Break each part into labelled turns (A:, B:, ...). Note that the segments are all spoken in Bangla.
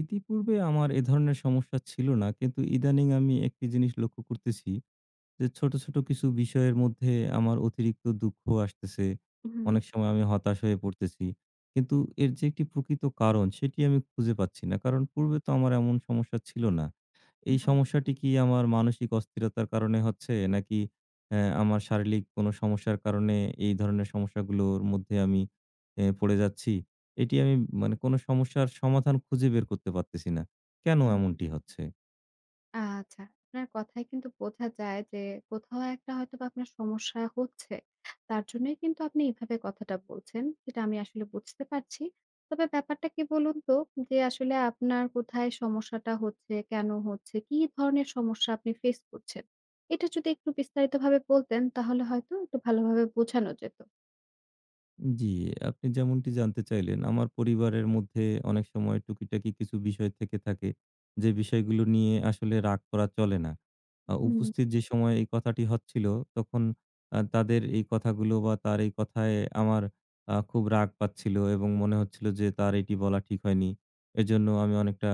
A: ইতিপূর্বে আমার এ ধরনের সমস্যা ছিল না। কিন্তু ইদানিং আমি একটি জিনিস লক্ষ্য করতেছি। যে ছোট, ছোট কিছু বিষয়ের মধ্যে আমার অতিরিক্ত দুঃখ আসতেছে।
B: হুম,
A: অনেক সময় আমি হতাশ হয়ে পড়তেছি। কিন্তু এর যে একটি প্রকৃত কারণ সেটি আমি খুঁজে পাচ্ছি না। কারণ পূর্বে তো আমার এমন সমস্যা ছিল না। এই
B: হুম।
A: সমস্যাটি কি আমার মানসিক অস্থিরতার কারণে হচ্ছে নাকি আমার শারীরিক কোনো সমস্যার কারণে এই ধরনের সমস্যাগুলোর মধ্যে আমি পড়ে যাচ্ছি? এটি আমি মানে কোনো সমস্যার সমাধান খুঁজে বের করতে পারতেছি না। কেন
B: হুম।
A: এমনটি হচ্ছে?
B: আচ্ছা। আপনার কথায় কিন্তু বোঝা যায় যে কোথাও একটা হয়তোবা আপনার সমস্যা হচ্ছে। তার জন্যই কিন্তু আপনি এভাবে কথাটা বলছেন। সেটা আমি আসলে বুঝতে পারছি। তবে ব্যাপারটা কি বলুন তো যে আসলে আপনার কোথায় সমস্যাটা হচ্ছে, কেন হচ্ছে, কি ধরনের সমস্যা আপনি ফেস করছেন? এটা যদি একটু বিস্তারিতভাবে বলতেন তাহলে হয়তো একটু ভালোভাবে বোঝানো যেত।
A: জি, আপনি যেমনটি জানতে চাইলেন, আমার পরিবারের মধ্যে অনেক সময় টুকিটাকি কিছু বিষয় থেকে থাকে, যে বিষয়গুলো নিয়ে আসলে রাগ করা চলে না।
B: হুম,
A: উপস্থিত যে সময় এই কথাটি হচ্ছিল, তখন তাদের এই কথাগুলো বা তার এই কথায় আমার খুব রাগ পাচ্ছিল এবং মনে হচ্ছিল যে তার এটি বলা ঠিক হয়নি। এজন্য আমি অনেকটা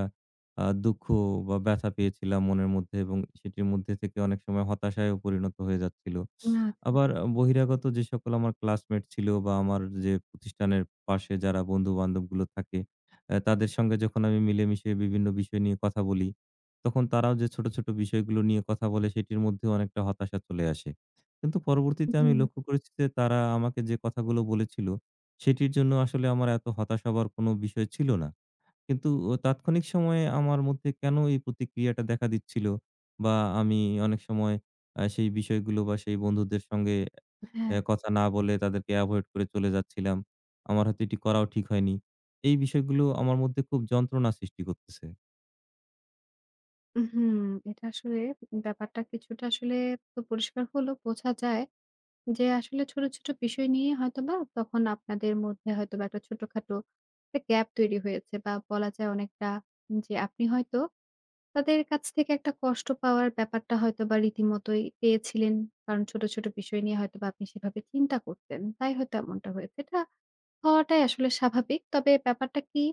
A: দুঃখ বা ব্যথা পেয়েছিলাম মনের মধ্যে এবং সেটির মধ্যে থেকে অনেক সময় হতাশায়ও পরিণত হয়ে যাচ্ছিল।
B: আচ্ছা।
A: আবার বহিরাগত যে সকল আমার ক্লাসমেট ছিল বা আমার যে প্রতিষ্ঠানের পাশে যারা বন্ধু-বান্ধব গুলো থাকে, তাদের সঙ্গে যখন আমি মিলেমিশে বিভিন্ন বিষয় নিয়ে কথা বলি, তখন তারাও যে ছোট, ছোট বিষয়গুলো নিয়ে কথা বলে সেটির মধ্যেও অনেকটা হতাশা চলে আসে। কিন্তু পরবর্তীতে আমি
B: হুম,
A: লক্ষ্য করেছি যে তারা আমাকে যে কথাগুলো বলেছিল, সেটির জন্য আসলে আমার এত হতাশ হবার কোনো বিষয় ছিল না। কিন্তু ও তাৎক্ষণিক সময়ে আমার মধ্যে কেন এই প্রতিক্রিয়াটা দেখা দিচ্ছিল বা আমি অনেক সময় সেই বিষয়গুলো বা সেই বন্ধুদের সঙ্গে
B: হ্যাঁ।
A: কথা না বলে তাদেরকে এভয়েড করে চলে যাচ্ছিলাম। আমার হয়তো এটি করাও ঠিক হয়নি। এই বিষয়গুলো আমার মধ্যে খুব যন্ত্রণা সৃষ্টি করতেছে।
B: হুম, এটা আসলে ব্যাপারটা কিছুটা আসলে তো পরিষ্কার হলো। বোঝা যায় যে আসলে ছোট, ছোট বিষয় নিয়ে হয়তোবা তখন আপনাদের মধ্যে হয়তোবা একটা ছোটখাটো একটা গ্যাপ তৈরি হয়েছে বা বলা যায় অনেকটা যে আপনি হয়তো তাদের কাছ থেকে একটা কষ্ট পাওয়ার ব্যাপারটা হয়তোবা রীতিমতোই পেয়েছিলেন। কারণ ছোট, ছোট বিষয় নিয়ে হয়তোবা আপনি সেভাবে চিন্তা করতেন। তাই হয়তো এমনটা হয়েছে। এটা হওয়াটাই আসলে স্বাভাবিক। তবে ব্যাপারটা কি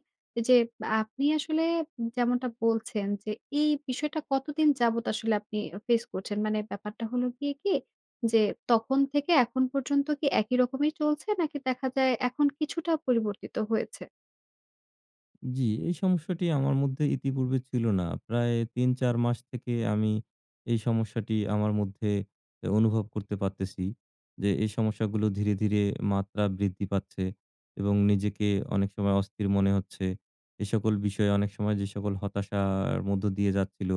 B: যে আপনি আসলে যেমনটা বলছেন যে এই বিষয়টা কতদিন যাবত আসলে আপনি ফেস করছেন? মানে ব্যাপারটা হলো গিয়ে কি যে তখন থেকে এখন পর্যন্ত কি একই রকমই চলছে নাকি দেখা যায় এখন কিছুটা পরিবর্তিত হয়েছে?
A: জি, এই সমস্যাটি আমার মধ্যে ইতিপূর্বে ছিল না। প্রায় ৩-৪ মাস থেকে আমি এই সমস্যাটি আমার মধ্যে অনুভব করতে পারতেছি যে, এই সমস্যাগুলো ধীরে, ধীরে মাত্রা বৃদ্ধি পাচ্ছে এবং নিজেকে অনেক সময় অস্থির মনে হচ্ছে। এ সকল বিষয়ে অনেক সময় যে সকল হতাশার মধ্য দিয়ে যাচ্ছিল,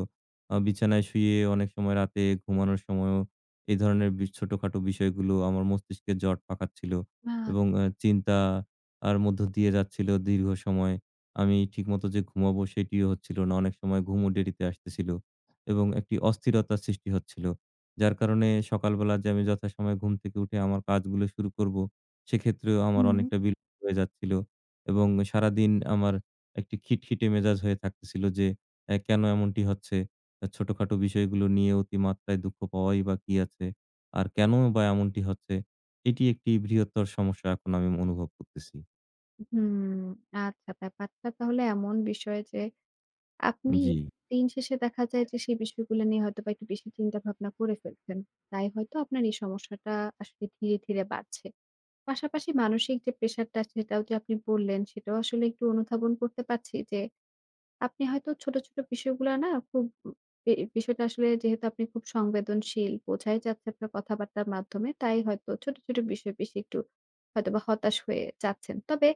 A: বিছানায় শুয়ে অনেক সময় রাতে ঘুমানোর সময়ও এই ধরনের ছোটখাটো বিষয়গুলো আমার মস্তিষ্কে জট পাকাচ্ছিল
B: আ
A: এবং চিন্তা আর মধ্য দিয়ে যাচ্ছিল দীর্ঘ সময়। আমি ঠিকমতো যে ঘুমাবো সেটিও হচ্ছিল না। অনেক সময় ঘুমও দেরিতে আসতেছিল এবং একটি অস্থিরতার সৃষ্টি হচ্ছিল। যার কারণে সকালবেলা যে আমি যথাসময়ে ঘুম থেকে উঠে আমার কাজগুলো শুরু করব, সেক্ষেত্রেও আমার
B: হুম।
A: অনেকটা বিলম্ব হয়ে যাচ্ছিল এবং সারাদিন আমার একটি খিটখিটে মেজাজ হয়ে থাকতেছিল যে কেন এমনটি হচ্ছে? ছোটখাটো বিষয়গুলো নিয়ে অতিমাত্রায় দুঃখ পাওয়াই বা কি আছে? আর কেন বা এমনটি হচ্ছে? এটি একটি বৃহত্তর সমস্যা এখন আমি অনুভব করতেছি।
B: হুম, আচ্ছা ব্যাপারটা তাহলে এমন বিষয় যে আপনি
A: জি,
B: দিন শেষে দেখা যায় যে সেই বিষয়গুলো নিয়ে হয়তোবা একটু বেশি চিন্তা ভাবনা করে ফেলছেন। তাই হয়তো আপনার এই সমস্যাটা আসলে ধীরে, ধীরে বাড়ছে। পাশাপাশি মানসিক যে প্রেশারটা সেটাও যে আপনি বললেন, সেটাও আসলে একটু অনুধাবন করতে পারছি যে, আপনি হয়তো ছোট, ছোট বিষয়গুলা না খুব বি বিষয়টা আসলে যেহেতু আপনি খুব সংবেদনশীল, বোঝাই যাচ্ছে আপনার কথাবার্তার মাধ্যমে। তাই হয়তো ছোট, ছোট বিষয় বেশি একটু হয়তোবা হতাশ হয়ে যাচ্ছেন। তবে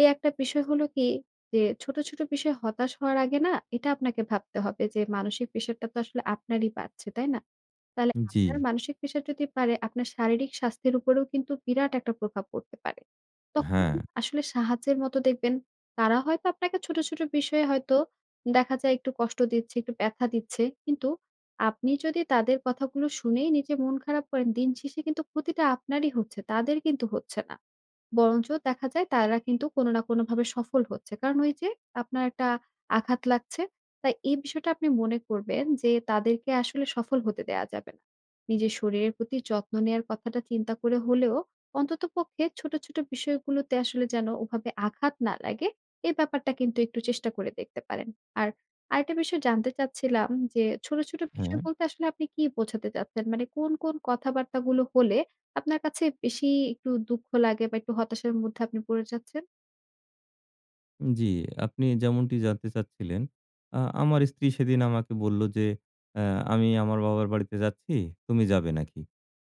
B: এই একটা বিষয় হলো কি যে ছোট, ছোট বিষয়ে হতাশ হওয়ার আগে না এটা আপনাকে ভাবতে হবে যে মানসিক প্রেশারটা তো আসলে আপনারই বাড়ছে, তাই না? তাহলে
A: জি,
B: আপনার মানসিক প্রেশার যদি বাড়ে আপনার শারীরিক স্বাস্থ্যের উপরেও কিন্তু বিরাট একটা প্রভাব পড়তে পারে। তখন
A: হ্যাঁ।
B: আসলে সাহায্যের মতো দেখবেন তারা হয়তো আপনাকে ছোট, ছোট বিষয়ে হয়তো দেখা যায় একটু কষ্ট দিচ্ছে, একটু ব্যাথা দিচ্ছে। কিন্তু আপনি যদি তাদের কথাগুলো শুনেই নিজে মন খারাপ করেন, দিন শেষে কিন্তু ক্ষতিটা আপনারই হচ্ছে, তাদের কিন্তু হচ্ছে না। বরঞ্চ দেখা যায় তারা কিন্তু কোনো না কোনোভাবে সফল হচ্ছে। কারণ ওই যে আপনার একটা আঘাত লাগছে। তাই এই বিষয়টা আপনি মনে করবেন যে তাদেরকে আসলে সফল হতে দেয়া যাবে না। নিজের শরীরের প্রতি যত্ন নেয়ার কথাটা চিন্তা করে হলেও অন্ততপক্ষে ছোট, ছোট বিষয়গুলোতে আসলে যেন ওভাবে আঘাত না লাগে, এই ব্যাপারটা কিন্তু একটু চেষ্টা করে দেখতে পারেন। আর আরেকটা বিষয় জানতে চাচ্ছিলাম যে, ছোট, ছোট
A: হ্যাঁ,
B: বিষয় বলতে আসলে আপনি কি বোঝাতে চাচ্ছেন? মানে কোন, কোন কথাবার্তাগুলো হলে আপনার কাছে বেশি একটু দুঃখ লাগে বা একটু হতাশার মধ্যে আপনি পড়ে যাচ্ছেন?
A: জি। আপনি যেমনটি জানতে চাচ্ছিলেন, আমার স্ত্রী সেদিন আমাকে বলল যে, "অ্যা আমি আমার বাবার বাড়িতে যাচ্ছি, তুমি যাবে নাকি?"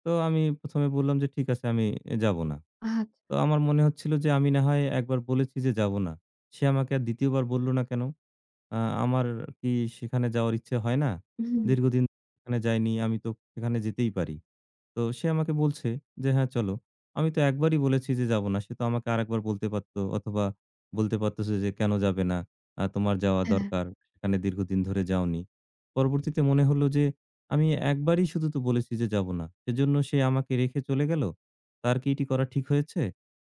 A: তো আমি ১ম এ বললাম যে, "ঠিক আছে, আমি যাবো না।"
B: আচ্ছা।
A: তো আমার মনে হচ্ছিল যে আমি না হয় একবার বলেছি যে যাবো না। সে আমাকে আর ২য় বার বলল না কেন? আ আমার কি সেখানে যাওয়ার ইচ্ছে হয় না?
B: হুম,
A: দীর্ঘদিন সেখানে যাইনি, আমি তো সেখানে যেতেই পারি। তো সে আমাকে বলছে যে, "হ্যাঁ, চলো।" আমি তো একবারই বলেছি যে, "যাবো না।" সে তো আমাকে আরেকবার বলতে পারত অথবা বলতে পারত সে যে, "কেন যাবে না? তোমার যাওয়া
B: হ্যাঁ।
A: দরকার। সেখানে দীর্ঘদিন ধরে যাওনি।" পরবর্তীতে মনে হলো যে, আমি একবারই শুধু তো বলেছি যে, "যাবো না।" সেজন্য সে আমাকে রেখে চলে গেল। তার কি এটি করা ঠিক হয়েছে?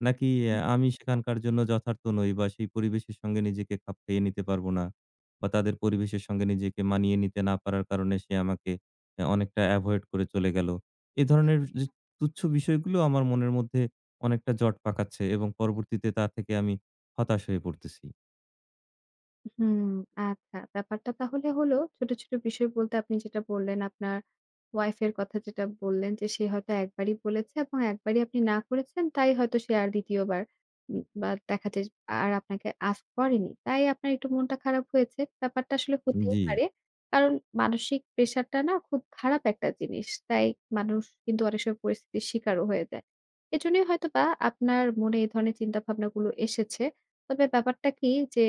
A: নাকি আমি সেখানকার জন্য যথার্থ নই বা সেই পরিবেশের সঙ্গে নিজেকে খাপ খাইয়ে নিতে পারবো না বা তাদের পরিবেশের সঙ্গে নিজেকে মানিয়ে নিতে না পারার কারণে সে আমাকে অনেকটা এভয়েড করে চলে গেল। এ ধরনের যে তুচ্ছ বিষয়গুলো আমার মনের মধ্যে অনেকটা জট পাকাচ্ছে এবং পরবর্তীতে তা থেকে আমি হতাশ হয়ে পড়তেছি।
B: হুম, আচ্ছা। ব্যাপারটা তাহলে হলো ছোট, ছোট বিষয় বলতে আপনি যেটা বললেন আপনার ওয়াইফ এর কথা যেটা বললেন যে, সে হয়তো একবারই বলেছে এবং একবারই আপনি না করেছেন তাই হয়তো সে আর ২য় বার বা দেখা যায় আর আপনাকে আস্ক করেনি। তাই আপনার একটু মনটা খারাপ হয়েছে। ব্যাপারটা আসলে হতেই
A: জি।
B: পারে। কারণ মানসিক প্রেশারটা না খুব খারাপ একটা জিনিস। তাই মানুষ কিন্তু অনেক সময় পরিস্থিতির শিকারও হয়ে যায়। এজন্যই হয়তোবা আপনার মনে এই ধরনের চিন্তাভাবনাগুলো এসেছে। তবে ব্যাপারটা কি যে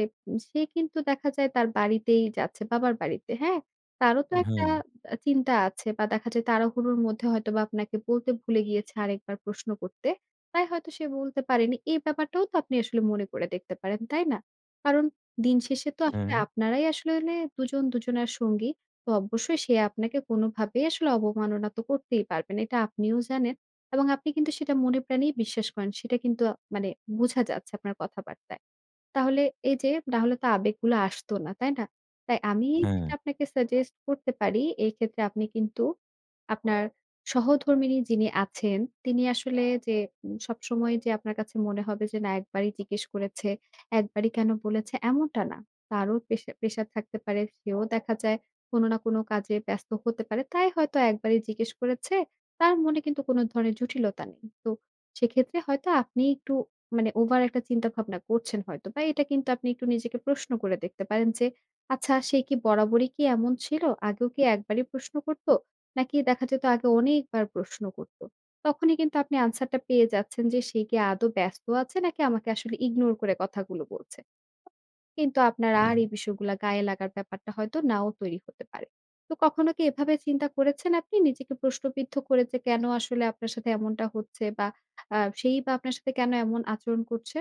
B: সে কিন্তু দেখা যায় তার বাড়িতেই যাচ্ছে, বাবার বাড়িতে, হ্যাঁ? তারও তো হুম। একটা
A: হ্যাঁ,
B: চিন্তা আছে বা দেখা যায় তাড়াহুড়োর মধ্যে হয়তোবা আপনাকে বলতে ভুলে গিয়েছে আরেকবার প্রশ্ন করতে। তাই হয়তো সে বলতে পারেনি। এই ব্যাপারটাও তো আপনি আসলে মনে করে দেখতে পারেন, তাই না? কারণ দিন শেষে তো আসলে
A: হ্যাঁ,
B: আপনারাই আসলে মানে দুজন দুজনার সঙ্গী। তো অবশ্যই সে আপনাকে কোনোভাবেই আসলে অবমাননা তো করতেই পারবে না। এটা আপনিও জানেন এবং আপনি কিন্তু সেটা মনে প্রাণেই বিশ্বাস করেন। সেটা কিন্তু মানে বোঝা যাচ্ছে আপনার কথাবার্তায়। তাহলে এই যে নাহলে তো আবেগগুলো আসতো না, তাই না? তাই আমি
A: হ্যাঁ।
B: যেটা আপনাকে সাজেস্ট করতে পারি, এই ক্ষেত্রে আপনি কিন্তু আপনার সহধর্মিণী যিনি আছেন, তিনি আসলে যে সবসময় যে আপনার কাছে মনে হবে যে না একবারই জিজ্ঞেস করেছে, একবারই কেন বলেছে এমনটা না। তারও পেশা প্রেশার থাকতে পারে। সেও দেখা যায় কোনো না কোনো কাজে ব্যস্ত হতে পারে। তাই হয়তো একবারই জিজ্ঞেস করেছে। তার মনে কিন্তু কোনো ধরনের জটিলতা নেই। তো সেক্ষেত্রে হয়তো আপনি একটু মানে ওভার একটা চিন্তা ভাবনা করছেন হয়তো বা এটা কিন্তু আপনি একটু নিজেকে প্রশ্ন করে দেখতে পারেন যে আচ্ছা সে কি বরাবরই কি এমন ছিল? আগেও কি একবারই প্রশ্ন করতো? নাকি দেখা যেত আগে অনেকবার প্রশ্ন করতো? তখনই কিন্তু আপনি আনসারটা পেয়ে যাচ্ছেন যে সে কি আদৌ ব্যস্ত আছে নাকি আমাকে আসলে ইগনোর করে কথাগুলো বলছে। কিন্তু আপনার
A: উম
B: আর এই বিষয়গুলা গায়ে লাগার ব্যাপারটা হয়তো নাও তৈরি হতে পারে। তো কখনো কি এভাবে চিন্তা করেছেন আপনি নিজেকে প্রশ্নবিদ্ধ করে যে কেন আসলে আপনার সাথে এমনটা হচ্ছে বা সেই বা আপনার সাথে কেন এমন আচরণ করছে?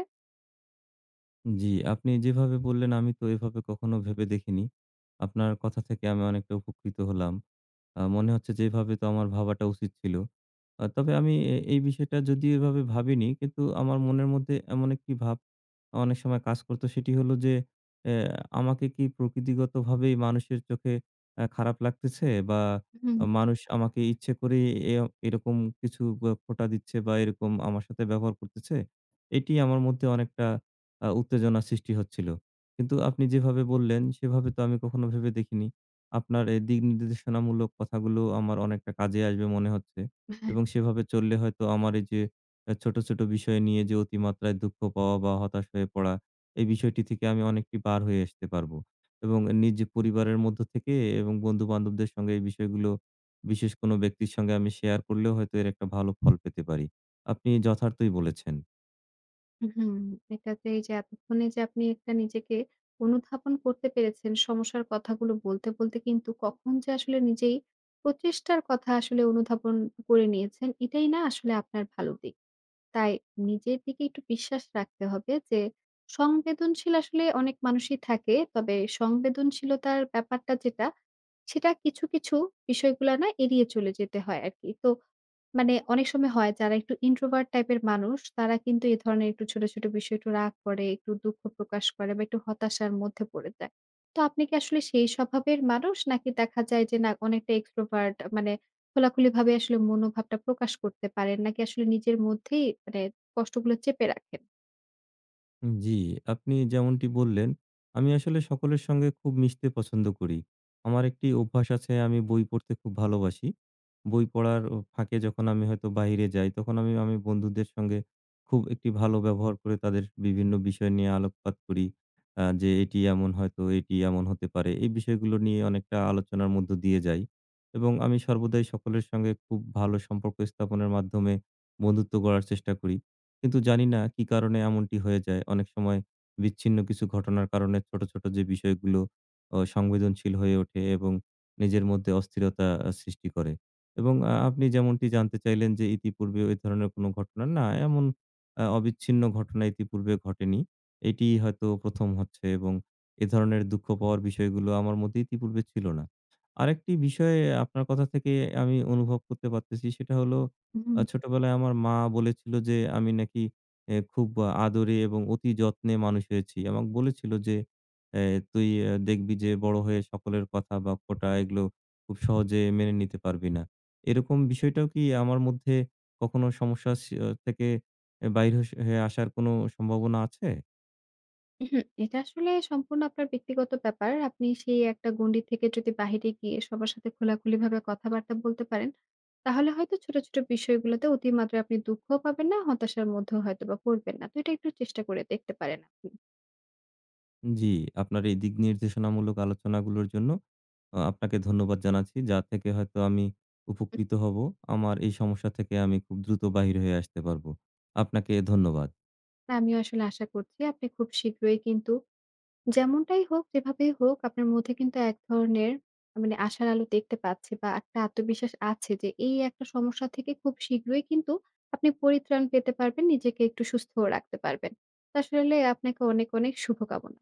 A: জি, আপনি যেভাবে বললেন আমি তো এভাবে কখনো ভেবে দেখিনি। আপনার কথা থেকে আমি অনেকটা উপকৃত হলাম। মনে হচ্ছে যে এভাবে তো আমার ভাবাটা উচিত ছিল। তবে আমি এই বিষয়টা যদিও এভাবে ভাবিনি কিন্তু আমার মনের মধ্যে এমন একটি ভাব অনেক সময় কাজ করত সেটি হলো যে এ আমাকে কি প্রকৃতিগতভাবেই মানুষের চোখে খারাপ লাগতেছে বা
B: হুম,
A: মানুষ আমাকে ইচ্ছে করেই এ এরকম কিছু বা খোঁটা দিচ্ছে বা এরকম আমার সাথে ব্যবহার করতেছে। এটি আমার মধ্যে অনেকটা উত্তেজনা সৃষ্টি হচ্ছিল। কিন্তু আপনি যেভাবে বললেন সেভাবে তো আমি কখনো ভেবে দেখিনি। আপনার এই দিক নির্দেশনামূলক কথাগুলো আমার অনেকটা কাজে আসবে মনে হচ্ছে।
B: হ্যাঁ,
A: এবং সেভাবে চললে হয়তো আমার এই যে ছোট, ছোট বিষয় নিয়ে যে অতিমাত্রায় দুঃখ পাওয়া বা হতাশ হয়ে পড়া, এই বিষয়টি থেকে আমি অনেকটি পার হয়ে আসতে পারবো। এবং নিজ পরিবারের মধ্য থেকে এবং বন্ধু-বান্ধবদের সঙ্গে এই বিষয়গুলো বিশেষ কোনো ব্যক্তির সঙ্গে আমি শেয়ার করলেও হয়তো এর একটা ভালো ফল পেতে পারি। আপনি যথার্থই বলেছেন।
B: হুম। এটাতে এই যে এতক্ষণে যে আপনি একটা নিজেকে অনুধাবন করতে পেরেছেন সমস্যার কথাগুলো বলতে, বলতে কিন্তু কখন যে আসলে নিজেই প্রচেষ্টার কথা আসলে অনুধাবন করে নিয়েছেন, এটাই না আসলে আপনার ভালো দিক। তাই নিজের দিকে একটু বিশ্বাস রাখতে হবে যে সংবেদনশীল আসলে অনেক মানুষই থাকে। তবে সংবেদনশীলতার ব্যাপারটা যেটা, সেটা কিছু, কিছু বিষয়গুলা না এড়িয়ে চলে যেতে হয় আরকি। তো মানে অনেক সময় হয় যারা একটু introvert টাইপের মানুষ, তারা কিন্তু এ ধরনের একটু ছোট, ছোট বিষয়ে একটু রাগ করে, একটু দুঃখ প্রকাশ করে বা একটু হতাশার মধ্যে পড়ে যায়। তো আপনি কি আসলে সেই স্বভাবের মানুষ? নাকি দেখা যায় যে না অনেকটা extrovert মানে খোলাখুলিভাবে আসলে মনোভাবটা প্রকাশ করতে পারেন? নাকি আসলে নিজের মধ্যেই মানে কষ্টগুলো চেপে রাখেন?
A: জি, আপনি যেমনটি বললেন, আমি আসলে সকলের সঙ্গে খুব মিশতে পছন্দ করি। আমার একটি অভ্যাস আছে, আমি বই পড়তে খুব ভালোবাসি। বই পড়ার ও ফাঁকে যখন আমি হয়তো বাহিরে যাই, তখন আমি আমি বন্ধুদের সঙ্গে খুব একটি ভালো ব্যবহার করে তাদের বিভিন্ন বিষয় নিয়ে আলোকপাত করি। যে এটি এমন হয়তো, এটি এমন হতে পারে। এই বিষয়গুলো নিয়ে অনেকটা আলোচনার মধ্য দিয়ে যাই এবং আমি সর্বদাই সকলের সঙ্গে খুব ভালো সম্পর্ক স্থাপনের মাধ্যমে বন্ধুত্ব গড়ার চেষ্টা করি। কিন্তু জানি না কি কারণে এমনটি হয়ে যায়। অনেক সময় বিচ্ছিন্ন কিছু ঘটনার কারণে ছোট, ছোট যে বিষয়গুলো সংবেদনশীল হয়ে ওঠে এবং নিজের মধ্যে অস্থিরতা সৃষ্টি করে। এবং আপনি যেমনটি জানতে চাইলেন যে ইতিপূর্বে এই ধরনের কোনো ঘটনা না এমন অবিচ্ছিন্ন ঘটনা ইতিপূর্বে ঘটেনি। এটিই হয়তো ১ম হচ্ছে এবং এ ধরনের দুঃখ পাওয়ার বিষয়গুলো আমার মধ্যে ইতিপূর্বে ছিল না। আরেকটি বিষয়ে আপনার কথা থেকে আমি অনুভব করতে পারতেছি সেটা হলো ছোটবেলায় আমার মা বলেছিল যে, আমি নাকি খুব আদরে এবং অতি যত্নে মানুষ হয়েছি। আমাকে বলেছিল যে, "এ তুই দেখবি যে বড় হয়ে সকলের কথা বা খোঁটা এগুলো খুব সহজে মেনে নিতে পারবি না।" এরকম বিষয়টাও কি আমার মধ্যে কখনো সমস্যা থেকে বাইর হয়ে আসার কোনো সম্ভাবনা আছে?
B: উহুম, এটা আসলে সম্পূর্ণ আপনার ব্যক্তিগত ব্যাপার। আপনি সেই একটা গণ্ডি থেকে যদি বাহিরে গিয়ে সবার সাথে খোলাখুলিভাবে কথাবার্তা বলতে পারেন, তাহলে হয়তো ছোট, ছোট বিষয়গুলোতে অতিমাত্রায় আপনি দুঃখও পাবেন না, হতাশার মধ্যেও হয়তোবা পড়বেন না। তো এটা একটু চেষ্টা করে দেখতে পারেন আপনি।
A: জি, আপনার এই দিক নির্দেশনামূলক আলোচনাগুলোর জন্য আপনাকে ধন্যবাদ জানাচ্ছি। যা থেকে হয়তো আমি উপকৃত হব। আমার এই সমস্যা থেকে আমি খুব দ্রুত বাহির হয়ে আসতে পারবো। আপনাকে ধন্যবাদ।
B: তা আমিও আসলে আশা করছি আপনি খুব শীঘ্রই কিন্তু যেমনটাই হোক, যেভাবেই হোক আপনার মধ্যে কিন্তু এক ধরনের মানে আশার আলো দেখতে পাচ্ছি বা একটা আত্মবিশ্বাস আছে যে এই একটা সমস্যা থেকে খুব শীঘ্রই কিন্তু আপনি পরিত্রাণ পেতে পারবেন, নিজেকে একটু সুস্থও রাখতে পারবেন। তো আসলে আপনাকে অনেক, অনেক শুভকামনা।